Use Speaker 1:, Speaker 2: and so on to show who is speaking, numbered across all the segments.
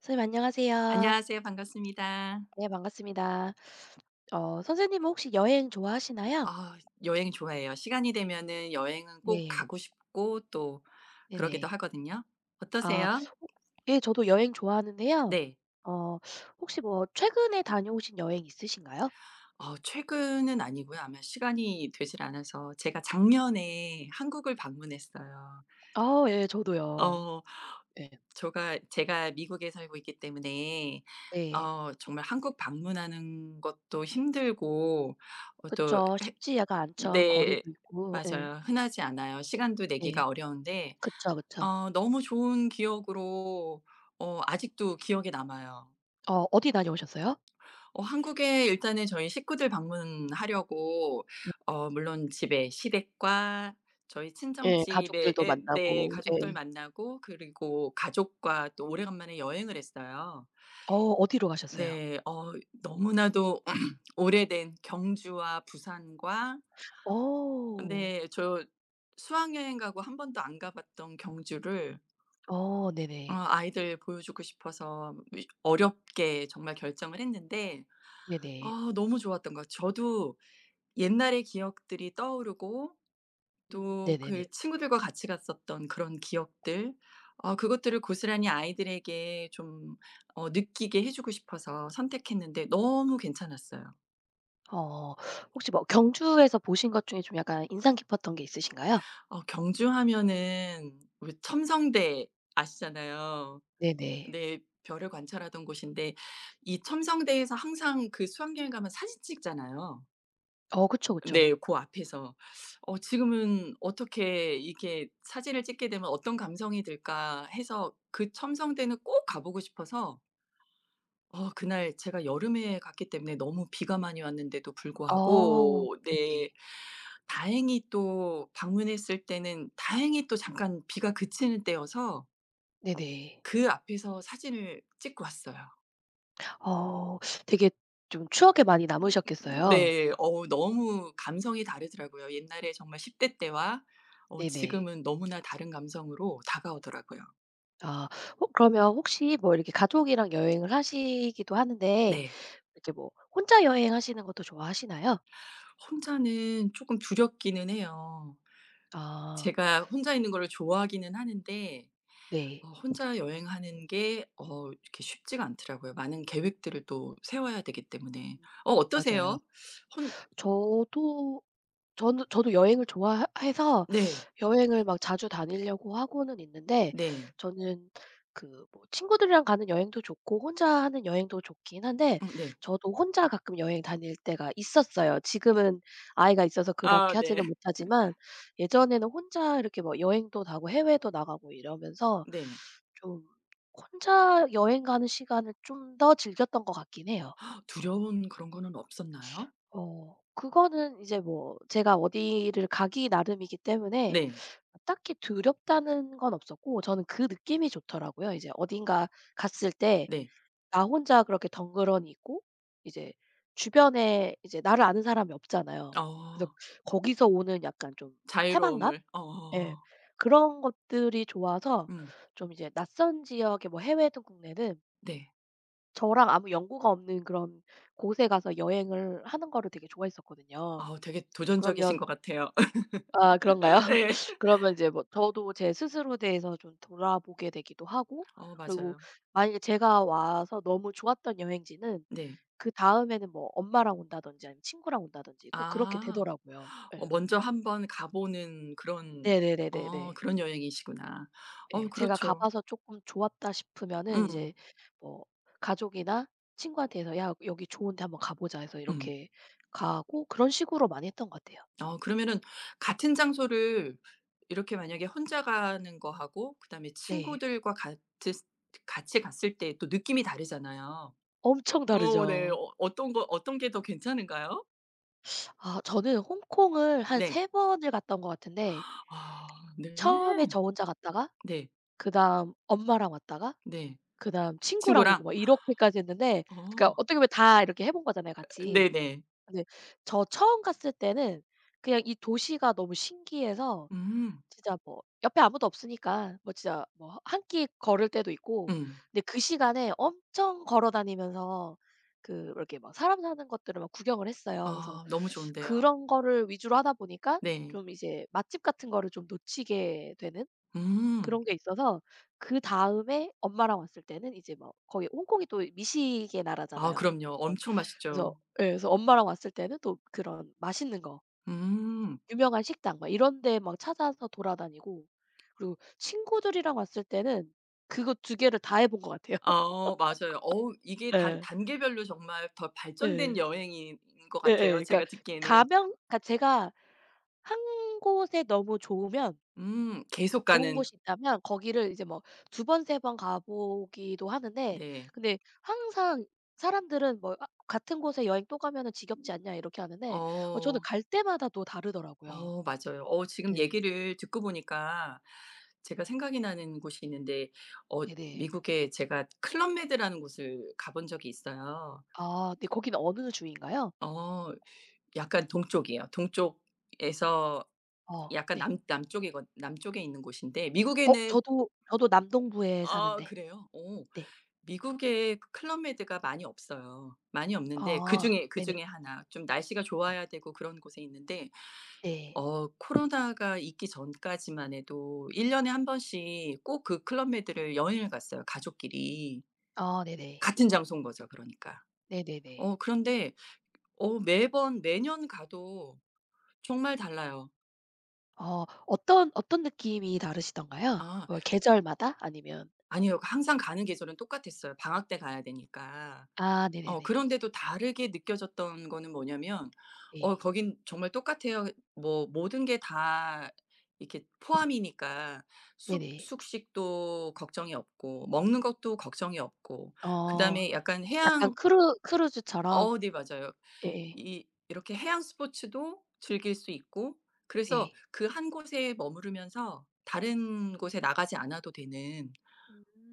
Speaker 1: 선생님 안녕하세요.
Speaker 2: 안녕하세요. 반갑습니다.
Speaker 1: 네, 반갑습니다. 선생님은 혹시 여행 좋아하시나요?
Speaker 2: 아 여행 좋아해요. 시간이 되면은 여행은 꼭
Speaker 1: 네.
Speaker 2: 가고 싶고 또 그러기도
Speaker 1: 네네.
Speaker 2: 하거든요.
Speaker 1: 아
Speaker 2: 어떠세요?
Speaker 1: 호 예, 저도 여행 좋아하는데요.
Speaker 2: 네.
Speaker 1: 어 혹시 뭐 최근에 다녀오신 여행 있으신가요?
Speaker 2: 최근은 아니고요. 아마 시간이 되질 않아서 제가 작년에 한국을 방문했어요.
Speaker 1: 예, 저도요.
Speaker 2: 어
Speaker 1: 예.
Speaker 2: 저가 제가 미국에 살고 있기 때문에
Speaker 1: 네.
Speaker 2: 정말 한국 방문하는 것도 힘들고 어 또
Speaker 1: 그쵸. 쉽지가 않죠.
Speaker 2: 네.
Speaker 1: 거리도 있고. 예.
Speaker 2: 맞아요. 흔하지 않아요. 시간도
Speaker 1: 네.
Speaker 2: 내기가 어려운데
Speaker 1: 그쵸, 그쵸.
Speaker 2: 너무 좋은 기억으로 아직도 기억에 남아요.
Speaker 1: 어디 다녀오셨어요?
Speaker 2: 한국에 일단은 저희 식구들 방문하려고
Speaker 1: 네.
Speaker 2: 물론 집에 시댁과 저희
Speaker 1: 예.
Speaker 2: 친정집에
Speaker 1: 가족들도
Speaker 2: 예 네
Speaker 1: 만나고, 예.
Speaker 2: 가족들 만나고 그리고 가족과 또 오래간만에 여행을 했어요.
Speaker 1: 어디로 가셨어요?
Speaker 2: 네. 너무나도 오래된 경주와 부산과
Speaker 1: 어.
Speaker 2: 네 저 수학여행 가고 한 번도 안 가 봤던 경주를
Speaker 1: 네네.
Speaker 2: 아이들 보여주고 싶어서 이 어렵게 정말 결정을 했는데
Speaker 1: 네네.
Speaker 2: 아 너무 좋았던 것 같아요. 저도 옛날의 기억들이 떠오르고 또
Speaker 1: 네네네.
Speaker 2: 그 친구들과 같이 갔었던 그런 기억들 아 그것들을 고스란히 아이들에게 좀 느끼게 해 주고 싶어서 선택했는데 너무 괜찮았어요.
Speaker 1: 어 혹시 뭐 경주에서 보신 것 중에 좀 약간 인상 깊었던 게 있으신가요?
Speaker 2: 경주 하면은 우리 첨성대 아시잖아요.
Speaker 1: 네네.
Speaker 2: 네. 별을 관찰하던 곳인데 이 첨성대에서 항상 그 수학여행 가면 사진 찍잖아요.
Speaker 1: 그쵸, 그쵸.
Speaker 2: 네. 그 앞에서. 지금은 어떻게 이렇게 사진을 찍게 되면 '어떤 감성이 들까?' 해서 그 첨성대는 꼭 가 보고 싶어서 그날 제가 여름에 갔기 때문에 너무 비가 많이 왔는데도 불구하고
Speaker 1: 네네.
Speaker 2: 네. 다행히 또 방문했을 때는 다행히 또 잠깐 비가 그치는 때여서
Speaker 1: 네네.
Speaker 2: 그 앞에서 사진을 찍고 왔어요.
Speaker 1: 어 되게 좀 추억에 많이 남으셨겠어요.
Speaker 2: 네. 너무 감성이 다르더라고요. 옛날에 정말 10대 때와
Speaker 1: 네네.
Speaker 2: 지금은 너무나 다른 감성으로 다가오더라고요.
Speaker 1: 아 호 그러면 혹시 뭐 이렇게 가족이랑 여행을 하시기도 하는데
Speaker 2: 네.
Speaker 1: 이렇게 뭐 혼자 여행하시는 것도 좋아하시나요?
Speaker 2: 혼자는 쪼끔 두렵기는 해요.
Speaker 1: 아
Speaker 2: 제가 혼자 있는 거를 좋아하기는 하는데
Speaker 1: 네.
Speaker 2: 혼자 여행하는 게 이렇게 쉽지가 않더라고요. 많은 계획들을 또 세워야 되기 때문에.
Speaker 1: 맞아요.
Speaker 2: 어떠세요? 혼
Speaker 1: 저도 저는 저도 여행을 좋아해서
Speaker 2: 네.
Speaker 1: 여행을 막 자주 다니려고 하고는 있는데,
Speaker 2: 네.
Speaker 1: 저는 그 뭐 친구들이랑 가는 여행도 좋고 혼자 하는 여행도 좋긴 한데,
Speaker 2: 네.
Speaker 1: 저도 혼자 가끔 여행 다닐 때가 있었어요. 지금은 아이가 있어서
Speaker 2: 아
Speaker 1: 그렇게
Speaker 2: 네.
Speaker 1: 하지는 못하지만, 예전에는 혼자 이렇게 뭐 여행도 가고 해외도 나가고 이러면서
Speaker 2: 네.
Speaker 1: 좀, 혼자 여행 가는 시간을 좀 더 즐겼던 것 같긴 해요.
Speaker 2: 두려운 그런 거는 없었나요?
Speaker 1: 그거는 이제 뭐 제가 어디를 가기 나름이기 때문에
Speaker 2: 네.
Speaker 1: 딱히 두렵다는 건 없었고, 저는 그 느낌이 좋더라고요. 이제 어딘가 갔을 때
Speaker 2: 네.
Speaker 1: 나 혼자 그렇게 덩그러니 있고, 이제 주변에 이제 나를 아는 사람이 없잖아요. 그래서
Speaker 2: 어.
Speaker 1: 거기서 오는 약간 좀 해방감?
Speaker 2: 자유로움을.
Speaker 1: 예.
Speaker 2: 어.
Speaker 1: 그런 것들이 좋아서
Speaker 2: 음.
Speaker 1: 좀 이제 낯선 지역에 뭐 해외든 국내든
Speaker 2: 네.
Speaker 1: 저랑 아무 연고가 없는 그런 곳에 가서 여행을 하는 거를 되게 좋아했었거든요.
Speaker 2: 아우 되게 도전적이신
Speaker 1: 그러면,
Speaker 2: 것 같아요.
Speaker 1: 그런가요?
Speaker 2: 예.
Speaker 1: 그러면 이제 뭐 저도 제 스스로에 대해서 좀 돌아보게 되기도 하고, 그리고
Speaker 2: 맞아요.
Speaker 1: 만약에 제가 와서 너무 좋았던 여행지는
Speaker 2: 네.
Speaker 1: 그다음에는 뭐 엄마랑 온다든지 아니면 친구랑 온다든지 꼭 그렇게
Speaker 2: 아.
Speaker 1: 되더라고요. 예.
Speaker 2: 먼저 한번 가 보는 그런
Speaker 1: 네네네네네.
Speaker 2: 어 그런 여행이시구나.
Speaker 1: 예. 제가 가
Speaker 2: 그렇죠.
Speaker 1: 봐서 조금 좋았다 싶으면은 이제
Speaker 2: 음.
Speaker 1: 뭐 가족이나 친구한테 해서 "야, 여기 좋은데 한번 가 보자." 해서
Speaker 2: 음.
Speaker 1: 이렇게 가고, 그런 식으로 많이 했던 것 같아요.
Speaker 2: 그러면은 같은 장소를 이렇게 만약에 혼자 가는 거하고 그다음에
Speaker 1: 네.
Speaker 2: 친구들과 같으 같이 갔을 때 또 느낌이 다르잖아요.
Speaker 1: 엄청
Speaker 2: 네.
Speaker 1: 다르죠.
Speaker 2: 어떤 게 더 괜찮은가요?
Speaker 1: 저는 홍콩을 한
Speaker 2: 네.
Speaker 1: 3번 번을 갔던 것 같은데
Speaker 2: 아 네.
Speaker 1: 처음에 저 혼자 갔다가
Speaker 2: 네.
Speaker 1: 그다음 엄마랑 왔다가
Speaker 2: 네.
Speaker 1: 그다음 친구랑 오고
Speaker 2: 친구랑?
Speaker 1: 막 이렇게까지 했는데, 그러니까
Speaker 2: 어
Speaker 1: 어떻게 보면 다 이렇게 해본 거잖아요, 같이.
Speaker 2: 네네.
Speaker 1: 근데 저 처음 갔을 때는 그냥 이 도시가 너무 신기해서
Speaker 2: 음.
Speaker 1: 진짜 뭐 옆에 아무도 없으니까 뭐, 진짜 뭐 한 끼 걸을 때도 있고,
Speaker 2: 음.
Speaker 1: 근데 그 시간에 엄청 걸어 다니면서 그, 이렇게 막 사람 사는 것들을 막 구경을 했어요. 그래서
Speaker 2: 아 너무 좋은데요.
Speaker 1: 그런 거를 위주로 하다 보니까
Speaker 2: 네.
Speaker 1: 좀 이제 맛집 같은 거를 좀 놓치게 되는
Speaker 2: 음.
Speaker 1: 그런 게 있어서, 그다음에 엄마랑 왔을 때는 이제 뭐, 거기 홍콩이 또 미식의
Speaker 2: 아
Speaker 1: 나라잖아요.
Speaker 2: 그럼요.
Speaker 1: 그래서
Speaker 2: 엄청
Speaker 1: 그래서
Speaker 2: 맛있죠.
Speaker 1: 예, 그래서 엄마랑 왔을 때는 또 그런 맛있는 거,
Speaker 2: 음.
Speaker 1: 유명한 식당 막 이런 데 막 찾아서 돌아다니고, 그리고 친구들이랑 왔을 때는 그거 두 개를 다 해본 것 같아요.
Speaker 2: 맞아요. 어우 이게 단
Speaker 1: 예.
Speaker 2: 단계별로 정말 더 발전된
Speaker 1: 예.
Speaker 2: 여행인 것 같아요
Speaker 1: 예예. 그러니까
Speaker 2: 제가 듣기에는.
Speaker 1: 가면, 그러니까 제가 한 곳에 너무 좋으면,
Speaker 2: 계속
Speaker 1: 좋은
Speaker 2: 가는.
Speaker 1: 곳이 있다면 거기를 이제 뭐 두 번 세 번 가 보기도 하는데,
Speaker 2: 네.
Speaker 1: 근데 항상 사람들은 뭐 아 "같은 곳에 여행 또 가면은 지겹지 않냐." 이렇게 하는데, 저는
Speaker 2: 어.
Speaker 1: 갈 때마다 또 다르더라고요.
Speaker 2: 맞아요. 지금
Speaker 1: 네,
Speaker 2: 얘기를 듣고 보니까 제가 생각이 나는 곳이 있는데 어
Speaker 1: 네네.
Speaker 2: 미국에 제가 클럽메드라는 곳을 가본 적이 있어요.
Speaker 1: 네. 거기는 어느 주인가요?
Speaker 2: 어 약간 동쪽이에요. 동쪽에서 약간
Speaker 1: 네.
Speaker 2: 남 남쪽에 남쪽에 있는 곳인데
Speaker 1: 어
Speaker 2: 미국에는
Speaker 1: 저도 저도 남동부에
Speaker 2: 아
Speaker 1: 사는데.
Speaker 2: 그래요? 어.
Speaker 1: 네.
Speaker 2: 미국에 그 클럽메드가 많이 없어요. 많이 없는데
Speaker 1: 아
Speaker 2: 그중에
Speaker 1: 네네.
Speaker 2: 그중에 하나 좀 날씨가 좋아야 되고 그런 곳에 있는데
Speaker 1: 네.
Speaker 2: 코로나가 있기 전까지만 해도 1 년에 한 번씩 꼭 그 클럽 메드를 여행을 갔어요 가족끼리.
Speaker 1: 네네.
Speaker 2: 같은 장소인 거죠 그러니까.
Speaker 1: 네네네.
Speaker 2: 그런데 매번 매년 가도 정말 달라요.
Speaker 1: 어 어떤 느낌이 다르시던가요?
Speaker 2: 아
Speaker 1: 뭐 계절마다, 아니면,
Speaker 2: 아니요. 항상 가는 계절은 똑같았어요 방학 때 가야 되니까.
Speaker 1: 네네네.
Speaker 2: 그런데도 다르게 느껴졌던 거는 뭐냐면
Speaker 1: 네.
Speaker 2: 거긴 정말 똑같아요. 뭐 모든 게 다 이렇게 포함이니까 숙
Speaker 1: 네네.
Speaker 2: 숙식도 걱정이 없고 먹는 것도 걱정이 없고
Speaker 1: 어
Speaker 2: 그다음에 약간
Speaker 1: 약간
Speaker 2: 해양
Speaker 1: 크루즈처럼?
Speaker 2: 네 맞아요.
Speaker 1: 예예.
Speaker 2: 이 이렇게 해양 스포츠도 즐길 수 있고 그래서
Speaker 1: 네.
Speaker 2: 그 한 곳에 머무르면서 다른 곳에 나가지 않아도 되는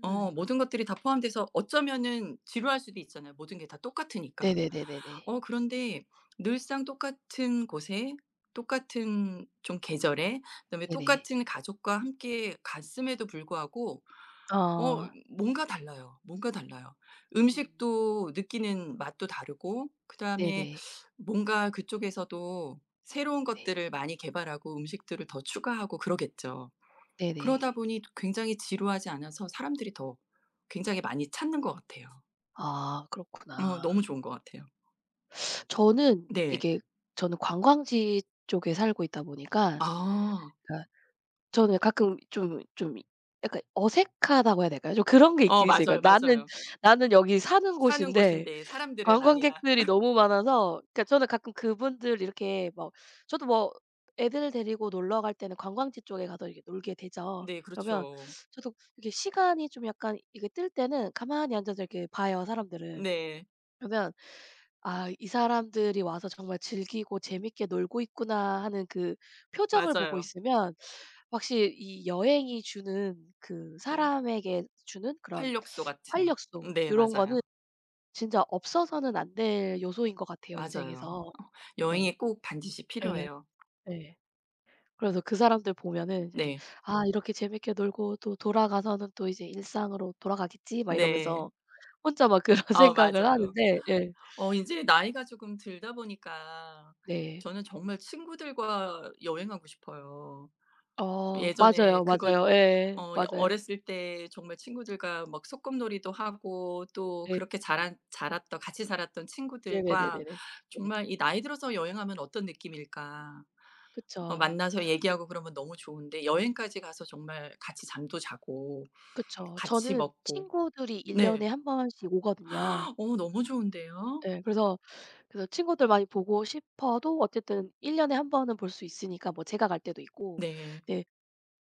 Speaker 1: 음.
Speaker 2: 모든 것들이 다 포함돼서 어쩌면은 지루할 수도 있잖아요, 모든 게 다 똑같으니까.
Speaker 1: 네네네네네.
Speaker 2: 그런데 늘상 똑같은 곳에 똑같은 좀
Speaker 1: 음음.
Speaker 2: 계절에 그다음에
Speaker 1: 네네.
Speaker 2: 똑같은 가족과 함께 갔음에도 불구하고 어
Speaker 1: 어.
Speaker 2: 뭔가 달라요. 뭔가 달라요.
Speaker 1: 음.
Speaker 2: 음식도 느끼는 맛도 다르고 그다음에
Speaker 1: 네네.
Speaker 2: 뭔가 그쪽에서도 새로운
Speaker 1: 네.
Speaker 2: 것들을 많이 개발하고 음식들을 더 추가하고 그러겠죠. 그러다
Speaker 1: 네네.
Speaker 2: 보니 굉장히 지루하지 않아서 사람들이 더 굉장히 많이 찾는 것 같아요.
Speaker 1: 그렇구나.
Speaker 2: 너무 좋은 것 같아요.
Speaker 1: 저는
Speaker 2: 네.
Speaker 1: 이게 저는 관광지 쪽에 살고 있다 보니까,
Speaker 2: 아.
Speaker 1: 그러니까 저는 가끔 좀 약간 어색하다고 해야 될까요? 좀 그런 게 있긴 있어요.
Speaker 2: 맞아요,
Speaker 1: 그러니까 나는
Speaker 2: 맞아요.
Speaker 1: 나는 여기 사는
Speaker 2: 사는
Speaker 1: 곳인데
Speaker 2: 곳인데 사람들은 아니야.
Speaker 1: 관광객들이 너무 많아서, 그러니까 저는 가끔 그분들 이렇게 막, 저도 뭐 애들 데리고 놀러 갈 때는 관광지 쪽에 가서 이렇게 놀게 되죠.
Speaker 2: 네
Speaker 1: 그러면
Speaker 2: 그렇죠.
Speaker 1: 저도 이렇게 시간이 좀 약간 이게 뜰 때는 가만히 앉아서 이렇게 봐요, 사람들을.
Speaker 2: 네.
Speaker 1: 그러면 '아, 이 사람들이 와서 정말 즐기고 재밌게 놀고 있구나.' 하는 그 표정을 보고
Speaker 2: 맞아요.
Speaker 1: 있으면, 확실히 이 여행이 주는, 그
Speaker 2: 어
Speaker 1: 사람에게 주는 그런
Speaker 2: 활력소 같은.
Speaker 1: 활력소,
Speaker 2: 네
Speaker 1: 이런 거는
Speaker 2: 맞아요.
Speaker 1: 진짜 없어서는 안 될 요소인 것 같아요,
Speaker 2: 맞아요.
Speaker 1: 인생에서. 그래서
Speaker 2: 여행이 꼭 반드시
Speaker 1: 예.
Speaker 2: 필요해요.
Speaker 1: 예. 그래서 그 사람들 보면은 이제
Speaker 2: 네.
Speaker 1: '아, 이렇게 재밌게 놀고 또 돌아가서는 또 이제 일상으로 돌아가겠지.' 막
Speaker 2: 네.
Speaker 1: 이러면서 혼자 막 그런 생각을
Speaker 2: 맞아요.
Speaker 1: 하는데, 예.
Speaker 2: 인제 나이가 조금 들다 보니까
Speaker 1: 네.
Speaker 2: 저는 정말 친구들과 여행하고 싶어요. 예전에
Speaker 1: 맞아요,
Speaker 2: 그걸
Speaker 1: 맞아요. 예. 맞아요.
Speaker 2: 어렸을 때 정말 친구들과 막 소꿉놀이도 하고 또
Speaker 1: 네.
Speaker 2: 그렇게 자란 자랐던 같이 살았던
Speaker 1: 네네네네네.
Speaker 2: 친구들과
Speaker 1: 네.
Speaker 2: 정말 이 나이 들어서 여행하면 어떤 느낌일까?
Speaker 1: 그쵸.
Speaker 2: 만나서 얘기하고 그러면 너무 좋은데 여행까지 가서 정말 같이 잠도 자고
Speaker 1: 그쵸.
Speaker 2: 같이
Speaker 1: 저는
Speaker 2: 먹고
Speaker 1: 친구들이 1년 년에
Speaker 2: 네.
Speaker 1: 한 번씩 오거든요.
Speaker 2: 너무 좋은데요.
Speaker 1: 예. 그래서 친구들 많이 보고 싶어도 어쨌든 1년 년에 한 번은 볼 수 있으니까 뭐 제가 갈 때도 있고,
Speaker 2: 네.
Speaker 1: 네.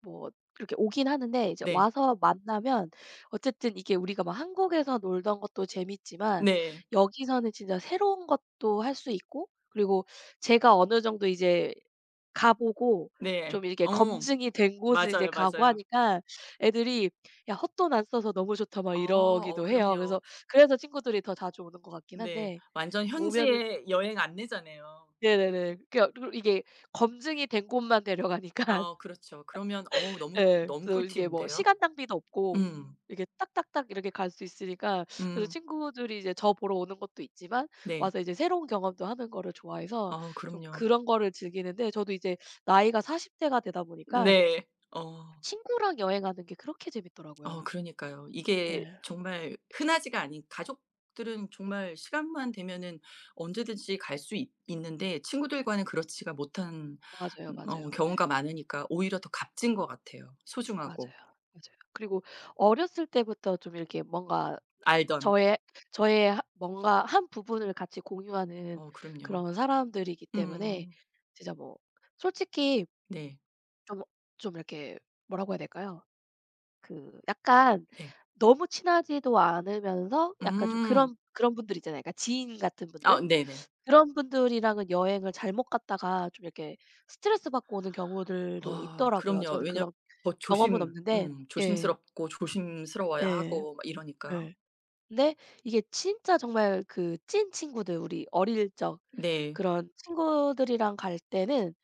Speaker 1: 뭐 이렇게 오긴 하는데 이제
Speaker 2: 네.
Speaker 1: 와서 만나면, 어쨌든 이게 우리가 막 한국에서 놀던 것도 재밌지만
Speaker 2: 네.
Speaker 1: 여기서는 진짜 새로운 것도 할 수 있고, 그리고 제가 어느 정도 이제 가 보고
Speaker 2: 네.
Speaker 1: 좀 이렇게 검증이 된 곳을 이제
Speaker 2: 맞아요,
Speaker 1: 가고
Speaker 2: 맞아요.
Speaker 1: 하니까 애들이 "야, 헛돈 안 써서 너무 좋다." 막
Speaker 2: 어.
Speaker 1: 이러기도 해요.
Speaker 2: 그럼요.
Speaker 1: 그래서 친구들이 더 자주 오는 것 같긴
Speaker 2: 네.
Speaker 1: 한데,
Speaker 2: 완전
Speaker 1: 오면은
Speaker 2: 현지의 여행 안내자네요.
Speaker 1: 네네네. 그러니까 이게 검증이 된 곳만 데려가니까,
Speaker 2: 아 그렇죠. 그러면 어우 너무 꿀
Speaker 1: 예.
Speaker 2: 너무
Speaker 1: 그래서 이게 뭐
Speaker 2: 꿀팁인데요.
Speaker 1: 시간 낭비도 없고,
Speaker 2: 음.
Speaker 1: 이게 딱딱딱 이렇게 갈 수 있으니까, 그래서
Speaker 2: 음.
Speaker 1: 친구들이 이제 저 보러 오는 것도 있지만
Speaker 2: 네.
Speaker 1: 와서 이제 새로운 경험도 하는 거를 좋아해서
Speaker 2: 어,
Speaker 1: 좀
Speaker 2: 그럼요.
Speaker 1: 그런 거를 즐기는데, 저도 이제 나이가 40대 대가 되다 보니까
Speaker 2: 네. 어.
Speaker 1: 친구랑 여행하는 게 그렇게 재밌더라고요.
Speaker 2: 그러니까요. 이게
Speaker 1: 예.
Speaker 2: 정말 흔하지가 않은 가족들은 정말 시간만 되면은 언제든지 갈 수 있 있는데 친구들과는 그렇지가 못한
Speaker 1: 맞아요, 맞아요. 예.
Speaker 2: 경우가 많으니까 오히려 더 값진 것 같아요,
Speaker 1: 맞아요.
Speaker 2: 소중하고.
Speaker 1: 맞아요. 그리고 어렸을 때부터 좀 이렇게 뭔가
Speaker 2: 알던.
Speaker 1: 저의 저의 하 뭔가 한 부분을 같이 공유하는
Speaker 2: 그럼요.
Speaker 1: 그런 사람들이기 때문에
Speaker 2: 음음.
Speaker 1: 진짜 뭐, 솔직히
Speaker 2: 네.
Speaker 1: 좀 좀 이렇게, 뭐라고 해야 될까요? 그 약간
Speaker 2: 네.
Speaker 1: 너무 친하지도 않으면서 약간 좀,
Speaker 2: 음.
Speaker 1: 그런 분들 있잖아요. 그러니까 지인 같은 분들?
Speaker 2: 아 네네.
Speaker 1: 그런 분들이랑은 여행을 잘못 갔다가 좀 이렇게 스트레스 받고 오는 경우들도
Speaker 2: 아
Speaker 1: 있더라고요.
Speaker 2: 그럼요.
Speaker 1: 저는
Speaker 2: 왜냐면
Speaker 1: 그런
Speaker 2: 더
Speaker 1: 경험은
Speaker 2: 조심
Speaker 1: 없는데.
Speaker 2: 음
Speaker 1: 예.
Speaker 2: 조심스럽고 조심스러워야
Speaker 1: 예.
Speaker 2: 하고 막 이러니까.
Speaker 1: 예. 근데 이게 진짜 정말 그 찐 친구들, 우리 어릴 적
Speaker 2: 네.
Speaker 1: 그런 친구들이랑 갈 때는,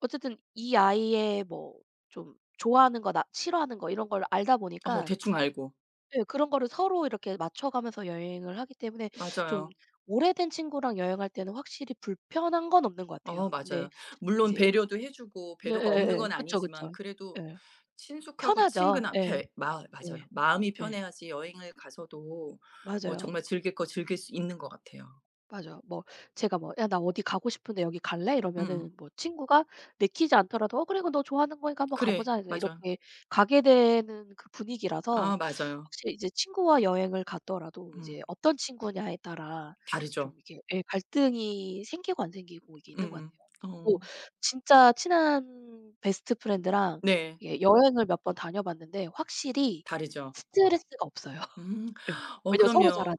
Speaker 1: 어쨌든 이 아이의 뭐 좀 좋아하는 거나 싫어하는 거 이런 걸 알다 보니까,
Speaker 2: 대충 알고.
Speaker 1: 예, 그런 거를 서로 이렇게 맞춰가면서 여행을 하기 때문에 좀,
Speaker 2: 맞아요.
Speaker 1: 오래된 친구랑 여행할 때는 확실히 불편한 건 없는 것 같아요. 근데
Speaker 2: 맞아요. 물론
Speaker 1: 이제
Speaker 2: 배려도 해 주고 배려가 없는
Speaker 1: 네예예예.
Speaker 2: 건
Speaker 1: 그쵸, 그쵸.
Speaker 2: 아니지만 그래도
Speaker 1: 예.
Speaker 2: 친숙하고
Speaker 1: 편하죠.
Speaker 2: 친근한 편.
Speaker 1: 예.
Speaker 2: 마
Speaker 1: 예.
Speaker 2: 맞아요. 마음이
Speaker 1: 예.
Speaker 2: 편해야지 여행을 가서도
Speaker 1: 맞아요.
Speaker 2: 정말 즐길 수 있는 것 같아요.
Speaker 1: 맞아요. 뭐, 제가 뭐 "야, 나 어디 가고 싶은데 여기 갈래?"
Speaker 2: 음
Speaker 1: 이러면은 뭐 친구가 내키지 않더라도 "어, 그래, 그거 너 좋아하는 거니까 한번 가
Speaker 2: 그래.
Speaker 1: 보자." 해서
Speaker 2: 맞아.
Speaker 1: 이렇게 가게 되는 그 분위기라서
Speaker 2: 아 맞아요.
Speaker 1: 확실히 이제 친구와 여행을 갔더라도 이제
Speaker 2: 음.
Speaker 1: 어떤 친구냐에 따라 좀
Speaker 2: 다르죠.
Speaker 1: 이게, 예, 갈등이 생기고 안 생기고 이게 있는 것
Speaker 2: 음
Speaker 1: 같아요.
Speaker 2: 어.
Speaker 1: 뭐 진짜 친한 베스트 프렌드랑
Speaker 2: 네.
Speaker 1: 이게 여행을 몇 번 다녀봤는데 확실히
Speaker 2: 다르죠.
Speaker 1: 스트레스가 없어요.
Speaker 2: 음.
Speaker 1: 예. 왜냐면 서로 잘
Speaker 2: 그럼요.
Speaker 1: 아니까.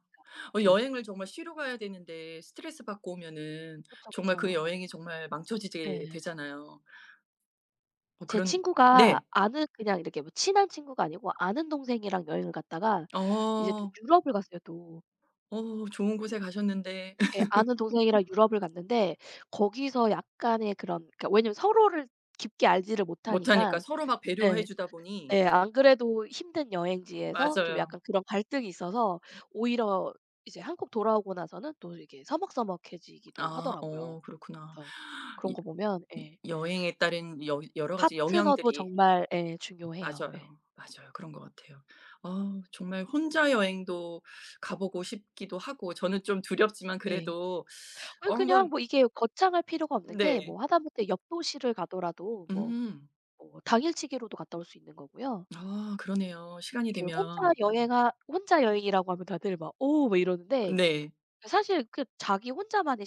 Speaker 1: 예.
Speaker 2: 여행을 정말 쉬러 가야 되는데 스트레스 받고 오면은
Speaker 1: 그쵸,
Speaker 2: 정말 그
Speaker 1: 그쵸.
Speaker 2: 여행이 정말 망쳐지게
Speaker 1: 예.
Speaker 2: 되잖아요. 어
Speaker 1: 제
Speaker 2: 그런
Speaker 1: 친구가
Speaker 2: 네.
Speaker 1: 아는, 그냥 이렇게 뭐 친한 친구가 아니고 아는 동생이랑 여행을 갔다가 이제 또
Speaker 2: 어.
Speaker 1: 유럽을 갔어요, 또.
Speaker 2: 좋은 곳에 가셨는데
Speaker 1: 예, 아는 동생이랑 유럽을 갔는데 거기서 약간의 그런, 그러니까 왜냐면 서로를 깊게 알지를
Speaker 2: 못하니까
Speaker 1: 못하니까.
Speaker 2: 서로 막 배려해
Speaker 1: 예.
Speaker 2: 주다 보니
Speaker 1: 예, 안 그래도 힘든 여행지에서 좀
Speaker 2: 맞아요.
Speaker 1: 약간 그런 갈등이 있어서 오히려 이제 한국 돌아오고 나서는 또 이게 서먹서먹해지기도
Speaker 2: 아
Speaker 1: 하더라고요.
Speaker 2: 그렇구나.
Speaker 1: 그래서 그런
Speaker 2: 이
Speaker 1: 거 보면,
Speaker 2: 이
Speaker 1: 예,
Speaker 2: 여행에 따른 여 여러 가지
Speaker 1: 파트너도
Speaker 2: 영향들이
Speaker 1: 정말, 예, 중요해요. 예.
Speaker 2: 맞아요. 맞아요. 그런 것 같아요. 아 정말 혼자 여행도 가 보고 싶기도 하고 저는 좀 두렵지만
Speaker 1: 예.
Speaker 2: 그래도
Speaker 1: 그냥
Speaker 2: 한번
Speaker 1: 뭐 이게 거창할 필요가 없는 게,
Speaker 2: 네.
Speaker 1: 뭐 하다못해 옆 도시를 가더라도 뭐
Speaker 2: 음.
Speaker 1: 당일치기로도 갔다 올 수 있는 거고요.
Speaker 2: 아 그러네요. 시간이
Speaker 1: 이게 혼자
Speaker 2: 되면
Speaker 1: 여행하 혼자 여행이라고 하면 다들 막 "오." 막 이러는데,
Speaker 2: 네.
Speaker 1: 사실 그 자기 혼자만의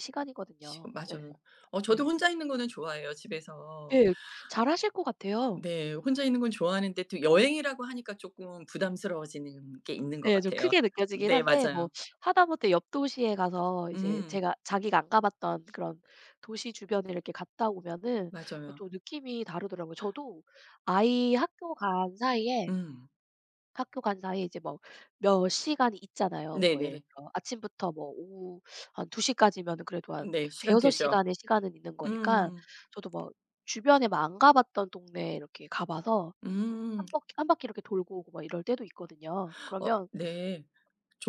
Speaker 2: 시
Speaker 1: 시간이거든요. 예.
Speaker 2: 맞아요. 저도
Speaker 1: 예.
Speaker 2: 혼자 있는 거는 좋아해요, 집에서.
Speaker 1: 예. 잘하실 것 같아요.
Speaker 2: 네. 혼자 있는 건 좋아하는데 또 여행이라고 하니까 조금 부담스러워지는 게 있는 것
Speaker 1: 예. 좀
Speaker 2: 같아요.
Speaker 1: 크게 느껴지긴
Speaker 2: 네
Speaker 1: 한데, 뭐
Speaker 2: 맞아요.
Speaker 1: 하다못해 옆 도시에 가서 이제
Speaker 2: 음
Speaker 1: 제가 자기가 안 가 봤던 그런 도시 주변을 이렇게 갔다 오면은
Speaker 2: 맞아요.
Speaker 1: 또 느낌이 다르더라고요. 저도 아이 학교 간 사이에
Speaker 2: 음.
Speaker 1: 학교 간 사이에 이제 뭐 몇 시간이 있잖아요. 뭐 예를
Speaker 2: 네네.
Speaker 1: 들어 아침부터 뭐 오후 한 2시 시까지면은 그래도 한
Speaker 2: 네. 시간
Speaker 1: 대여섯
Speaker 2: 되죠.
Speaker 1: 시간의 시간은 있는 거니까,
Speaker 2: 음.
Speaker 1: 저도 뭐 주변에 막 안 가 봤던 동네에 이렇게 가 봐서
Speaker 2: 음.
Speaker 1: 한 바퀴 한 바퀴 이렇게 돌고 오고 막 이럴 때도 있거든요.
Speaker 2: 어
Speaker 1: 그러면
Speaker 2: 네.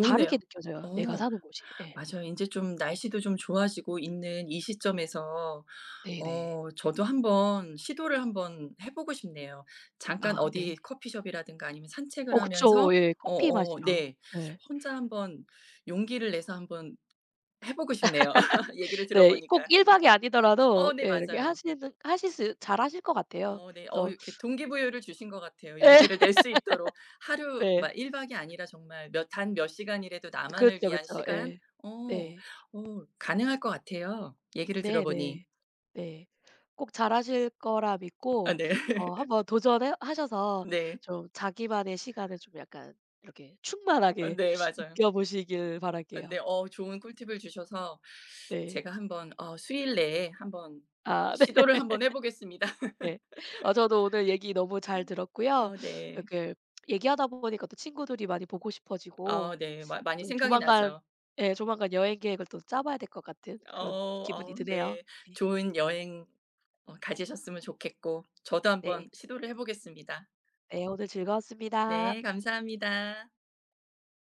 Speaker 1: 다르게 느껴져요, 내가
Speaker 2: 어
Speaker 1: 사는 곳이. 예.
Speaker 2: 맞아요. 이제 좀 날씨도 좀 좋아지고 있는 이 시점에서
Speaker 1: 네네.
Speaker 2: 저도 한번 시도를 한번 해 보고 싶네요. 잠깐 어디
Speaker 1: 네.
Speaker 2: 커피숍이라든가 아니면 산책을
Speaker 1: 그쵸.
Speaker 2: 하면서
Speaker 1: 예. 커피
Speaker 2: 어어
Speaker 1: 마시러.
Speaker 2: 네.
Speaker 1: 예.
Speaker 2: 혼자 한번 용기를 내서 한번 해 보고 싶네요, 얘기를 들어
Speaker 1: 네.
Speaker 2: 보니까.
Speaker 1: 꼭 1박 박이 아니더라도,
Speaker 2: 네
Speaker 1: 예, 이렇게
Speaker 2: 맞아요.
Speaker 1: 하시는 하실 수, 잘하실 것 같아요.
Speaker 2: 네.
Speaker 1: 그래서
Speaker 2: 이렇게 동기부여를 주신 것 같아요.
Speaker 1: 예.
Speaker 2: 용기를 낼 수 있도록 하루
Speaker 1: 네.
Speaker 2: 막 1 박이 아니라 정말 몇 시간이라도 나만을
Speaker 1: 그렇죠,
Speaker 2: 위한
Speaker 1: 그렇죠.
Speaker 2: 시간.
Speaker 1: 예.
Speaker 2: 어.
Speaker 1: 네.
Speaker 2: 가능할 것 같아요, 얘기를 들어
Speaker 1: 네네.
Speaker 2: 보니.
Speaker 1: 네. 네. 꼭 잘하실 거라
Speaker 2: 아
Speaker 1: 믿고
Speaker 2: 네.
Speaker 1: 한번 도전해 하셔서
Speaker 2: 네.
Speaker 1: 좀 자기만의 시간을 좀 약간 이렇게
Speaker 2: 아
Speaker 1: 충만하게
Speaker 2: 네 맞아요.
Speaker 1: 느껴보시길
Speaker 2: 아
Speaker 1: 바랄게요.
Speaker 2: 네. 좋은 꿀팁을 주셔서
Speaker 1: 네.
Speaker 2: 제가 한번 수일 내에 한번
Speaker 1: 네.
Speaker 2: 시도를 한번 해 보겠습니다.
Speaker 1: 예. 저도 오늘 얘기 너무 잘 들었고요.
Speaker 2: 네.
Speaker 1: 이렇게 얘기하다 보니까 또 친구들이 많이 보고 싶어지고,
Speaker 2: 네. 마 많이
Speaker 1: 또
Speaker 2: 생각이
Speaker 1: 조만간,
Speaker 2: 나죠.
Speaker 1: 예, 조만간 여행 계획을 또 짜 봐야 될 것 같은
Speaker 2: 어
Speaker 1: 그런 기분이 드네요.
Speaker 2: 네.
Speaker 1: 네.
Speaker 2: 좋은 여행 가지셨으면 좋겠고 저도
Speaker 1: 네.
Speaker 2: 한번 시도를 해 보겠습니다.
Speaker 1: 네. 오늘 즐거웠습니다.
Speaker 2: 네 감사합니다.